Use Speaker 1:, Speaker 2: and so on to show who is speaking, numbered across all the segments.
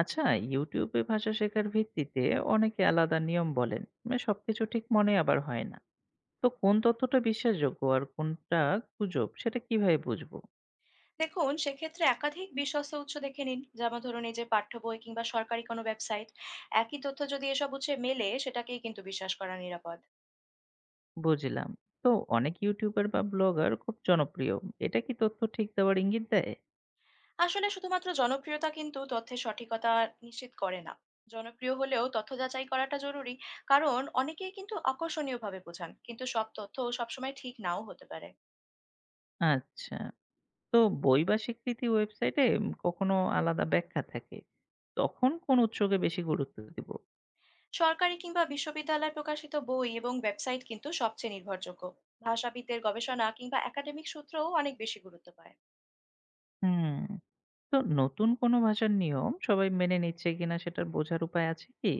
Speaker 1: আচ্ছা, ইউটিউবে ভাষা শেখার ভিত্তিতে অনেকে আলাদা নিয়ম বলেন, সবকিছু ঠিক মনে আবার হয় না। তো কোন তথ্যটা বিশ্বাসযোগ্য আর কোনটা গুজব সেটা কিভাবে বুঝবো?
Speaker 2: দেখুন সেক্ষেত্রে একাধিক বিশ্বস্ত উৎস দেখে নিন, যেমন ধরুন এই যে পাঠ্য বই কিংবা সরকারি কোনো ওয়েবসাইট। একই তথ্য যদি এসব উৎসে মেলে, সেটাকেই কিন্তু বিশ্বাস করা নিরাপদ।
Speaker 1: বুঝলাম। তো অনেক ইউটিউবার বা ব্লগার খুব জনপ্রিয়, এটা কি তথ্য ঠিক দেওয়ার ইঙ্গিত দেয়?
Speaker 2: আসলে শুধুমাত্র জনপ্রিয়তা কিন্তু তথ্যের সঠিকতা নিশ্চিত করে না। জনপ্রিয় হলেও তথ্য যাচাই করাটা জরুরি, কারণ অনেকেই কিন্তু আকর্ষণীয়ভাবে বোঝান, কিন্তু সব তথ্য সবসময় ঠিক নাও হতে পারে।
Speaker 1: আচ্ছা, তো বই বা স্বীকৃতি ওয়েবসাইটে কখনো আলাদা ব্যাখ্যা থাকে, তখন কোন উৎসকে বেশি গুরুত্ব দিব?
Speaker 2: সরকারি কিংবা বিশ্ববিদ্যালয় প্রকাশিত বই এবং ওয়েবসাইট কিন্তু সবচেয়ে নির্ভরযোগ্য। ভাষাবিদদের গবেষণা কিংবা একাডেমিক সূত্রও অনেক বেশি গুরুত্ব পায়।
Speaker 1: হুম। তো নতুন কোনো ভাষার নিয়ম সবাই মেনে নিচ্ছে কিনা সেটার বোঝার উপায় আছে কি?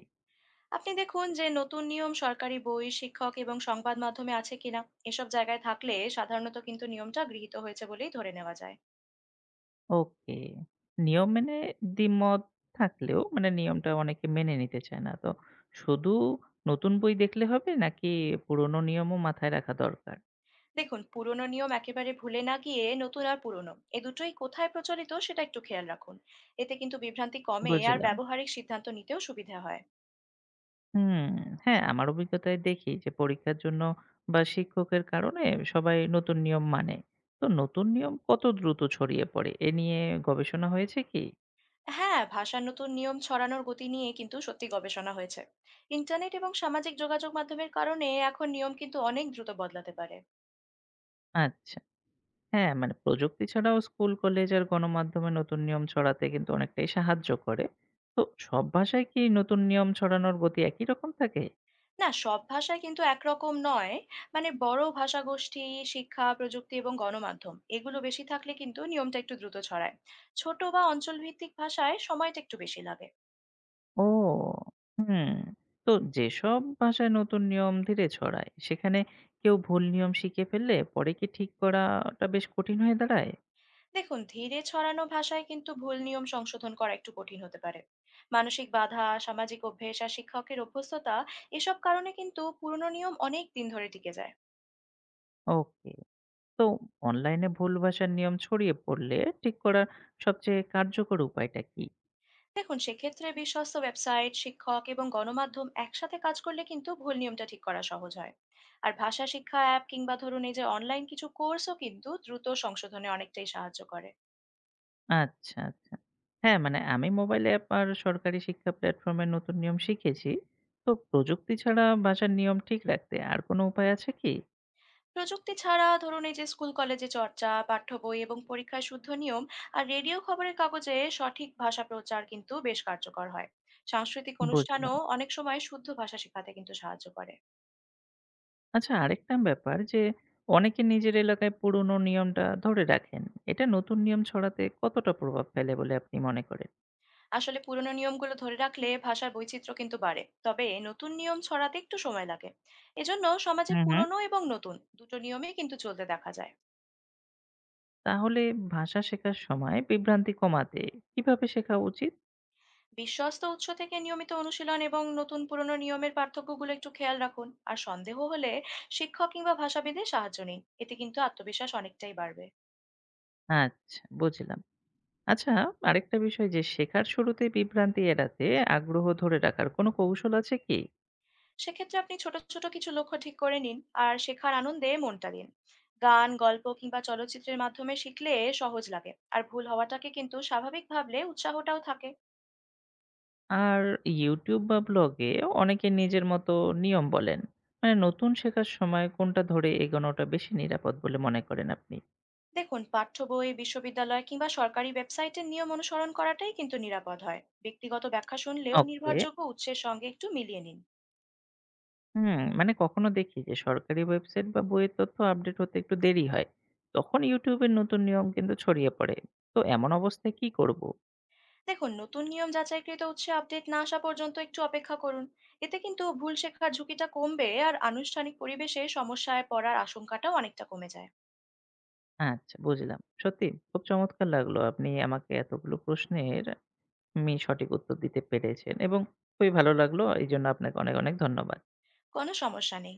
Speaker 2: আপনি দেখুন যে নতুন নিয়ম সরকারি বই, শিক্ষক এবং সংবাদ মাধ্যমে আছে কিনা। এসব জায়গায় থাকলে সাধারণত কিন্তু নিয়মটা গৃহীত হয়েছে বলেই ধরে নেওয়া যায়।
Speaker 1: ওকে। নিয়ম মেনে দ্বিমত থাকলেও নিয়মটা অনেকে মেনে নিতে চায় না। তো শুধু নতুন বই দেখলে হবে নাকি পুরনো নিয়মও মাথায় রাখা দরকার?
Speaker 2: দেখুন, পুরনো নিয়ম একেবারে ভুলে না গিয়ে নতুন আর পুরনো এ দুটোই কোথায় প্রচলিত সেটা একটু খেয়াল রাখুন। এতে কিন্তু বিভ্রান্তি কমে, আর
Speaker 1: বুঝলাম।
Speaker 2: ব্যবহারিক সিদ্ধান্ত নিতেও সুবিধা হয়।
Speaker 1: হুম, হ্যাঁ, আমার অভিজ্ঞতায় দেখি যে পরীক্ষার জন্য বা শিক্ষকের কারণে সবাই নতুন নিয়ম মানে। তো নতুন নিয়ম কত দ্রুত ছড়িয়ে পড়ে এ নিয়ে গবেষণা হয়েছে কি?
Speaker 2: হ্যাঁ, ভাষার নতুন নিয়ম ছড়ানোর গতি নিয়ে কিন্তু সত্যি গবেষণা হয়েছে। ইন্টারনেট এবং সামাজিক যোগাযোগ মাধ্যমের কারণে এখন নিয়ম কিন্তু অনেক দ্রুত বদলাতে পারে।
Speaker 1: আচ্ছা। হ্যাঁ, প্রযুক্তি ছাড়াও স্কুল, কলেজ আর গণমাধ্যমে নতুন নিয়ম ছড়াতে কিন্তু অনেকটাই সাহায্য করে। তো সব ভাষায় কি নতুন নিয়ম ছড়ানোর গতি একই রকম থাকে?
Speaker 2: না, সব ভাষা কিন্তু একরকম নয়। মানে বড় ভাষাগোষ্ঠী, শিক্ষা, প্রযুক্তি এবং গণমাধ্যম এগুলো বেশি থাকলে কিন্তু নিয়মটা একটু দ্রুত ছড়ায়। ছোট বা অঞ্চলভিত্তিক ভাষায় সময়টা একটু বেশি লাগে।
Speaker 1: ও! হুম। তো যেসব ভাষায় নতুন নিয়ম ধীরে ছড়ায়, সেখানে কেউ ভুল নিয়ম শিখে ফেললে পরে কি ঠিক করাটা বেশ কঠিন হয়ে দাঁড়ায়?
Speaker 2: দেখুন, ধীরে ছড়ানো ভাষায় কিন্তু ভুল নিয়ম সংশোধন করা একটু কঠিন হতে পারে। মানসিক বাধা, সামাজিক অভ্যেস আর শিক্ষকের অভ্যস্ততা, এসব কারণে কিন্তু পুরনো নিয়ম অনেক দিন ধরে টিকে যায়।
Speaker 1: ওকে। তো অনলাইনে ভুল ভাষার নিয়ম ছড়িয়ে পড়লে ঠিক করার সবচেয়ে কার্যকর উপায়টা কি?
Speaker 2: দেখুন সেক্ষেত্রে বিশ্বস্ত ওয়েবসাইট, শিক্ষক এবং গণমাধ্যম একসাথে কাজ করলে কিন্তু ভুল নিয়মটা ঠিক করা সহজ হয়। আর ভাষা শিক্ষা অ্যাপ কিংবা ধরুন এই যে অনলাইন কিছু কোর্সও কিন্তু দ্রুত সংশোধনে অনেকটাই সাহায্য করে।
Speaker 1: আচ্ছা, আচ্ছা। হ্যাঁ, আমি মোবাইলে আপনার সরকারি শিক্ষা প্ল্যাটফর্ম এর নতুন নিয়ম শিখেছি। তো প্রযুক্তি ছাড়া ভাষার নিয়ম ঠিক রাখতে আর কোনো উপায় আছে কি?
Speaker 2: প্রযুক্তি ছাড়া ধরুন এই যে স্কুল কলেজে চর্চা, পাঠ্য বই এবং পরীক্ষায় শুদ্ধ নিয়ম, আর রেডিও খবরের কাগজে সঠিক ভাষা প্রচার কিন্তু বেশ কার্যকর হয়। সাংস্কৃতিক অনুষ্ঠানও
Speaker 1: বুঝলাম।
Speaker 2: অনেক সময় শুদ্ধ ভাষা শেখাতে কিন্তু সাহায্য করে।
Speaker 1: আচ্ছা, আরেকটা ব্যাপার যে অনেকে নিজের এলাকায় পুরনো নিয়মটা ধরে রাখেন। এটা নতুন নিয়ম ছড়াতে কতটা প্রভাব ফেলে বলে আপনি মনে করেন?
Speaker 2: আসলে পুরনো নিয়মগুলো ধরে রাখলে ভাষার বৈচিত্র্য কিন্তু বাড়ে, তবে নতুন নিয়ম ছড়াতে একটু সময় লাগে। এজন্য সমাজে
Speaker 1: হুম, হুম।
Speaker 2: পুরনো এবং নতুন দুটো নিয়মেই কিন্তু চলতে দেখা যায়।
Speaker 1: তাহলে ভাষা শেখার সময় বিভ্রান্তি কমাতে কিভাবে শেখা উচিত?
Speaker 2: বিশ্বস্ত উৎস থেকে নিয়মিত অনুশীলন এবং নতুন পুরনো নিয়মের পার্থক্যগুলো একটু খেয়াল রাখুন, আর সন্দেহ হলে শিক্ষক কিংবা ভাষাবিদের সাহায্য নিন। এতে কিন্তু আত্মবিশ্বাস অনেকটাই বাড়বে।
Speaker 1: আচ্ছা, বুঝলাম। আচ্ছা, আরেকটা বিষয় যে শেখার শুরুতেই বিভ্রান্তি এড়াতে আগ্রহ ধরে রাখার কোনো কৌশল আছে কি?
Speaker 2: সেক্ষেত্রে আপনি ছোট ছোট কিছু লক্ষ্য ঠিক করে নিন, আর শেখার আনন্দে মনটা দিন। গান, গল্প কিংবা চলচ্চিত্রের মাধ্যমে শিখলে সহজ লাগে, আর ভুল হওয়াটাকে কিন্তু স্বাভাবিক ভাবলে উৎসাহটাও থাকে।
Speaker 1: আর YouTube বা ব্লগে অনেকে নিজের মতো নিয়ম বলেন। নতুন শেখার সময় কোনটা ধরে এগোনোটা বেশি নিরাপদ বলে মনে করেন আপনি?
Speaker 2: দেখুন, পাঠ্য বই, বিশ্ববিদ্যালয় কিংবা সরকারি ওয়েবসাইটের নিয়ম অনুসরণ করাটাই কিন্তু নিরাপদ হয়। ব্যক্তিগত ব্যাখ্যা শুনলেও
Speaker 1: ওকে।
Speaker 2: নির্ভরযোগ্য উৎসের সঙ্গে একটু মিলিয়ে নিন।
Speaker 1: হুম, কখনো দেখি যে সরকারি ওয়েবসাইট বা বইয়ের তথ্য আপডেট হতে একটু দেরি হয়। তখন YouTube এর নতুন নিয়ম কিন্তু ছড়িয়ে পড়ে। তো এমন অবস্থায় কি করব?
Speaker 2: দেখুন, নতুন নিয়ম যাচাইকৃত উৎসে আপডেট না আসা পর্যন্ত একটু অপেক্ষা করুন। এতে কিন্তু ভুল শেখার ঝুঁকিটা কমবে, আর আনুষ্ঠানিক পরিবেশে সমস্যায় পড়ার আশঙ্কাটাও অনেকটা কমে যায়।
Speaker 1: আচ্ছা, বুঝলাম। সত্যি খুব চমৎকার লাগলো, আপনি আমাকে এতগুলো প্রশ্নের আপনি সঠিক উত্তর দিতে পেরেছেন এবং খুবই ভালো লাগলো। এইজন্য আপনাকে অনেক, অনেক ধন্যবাদ।
Speaker 2: কোনো সমস্যা নেই।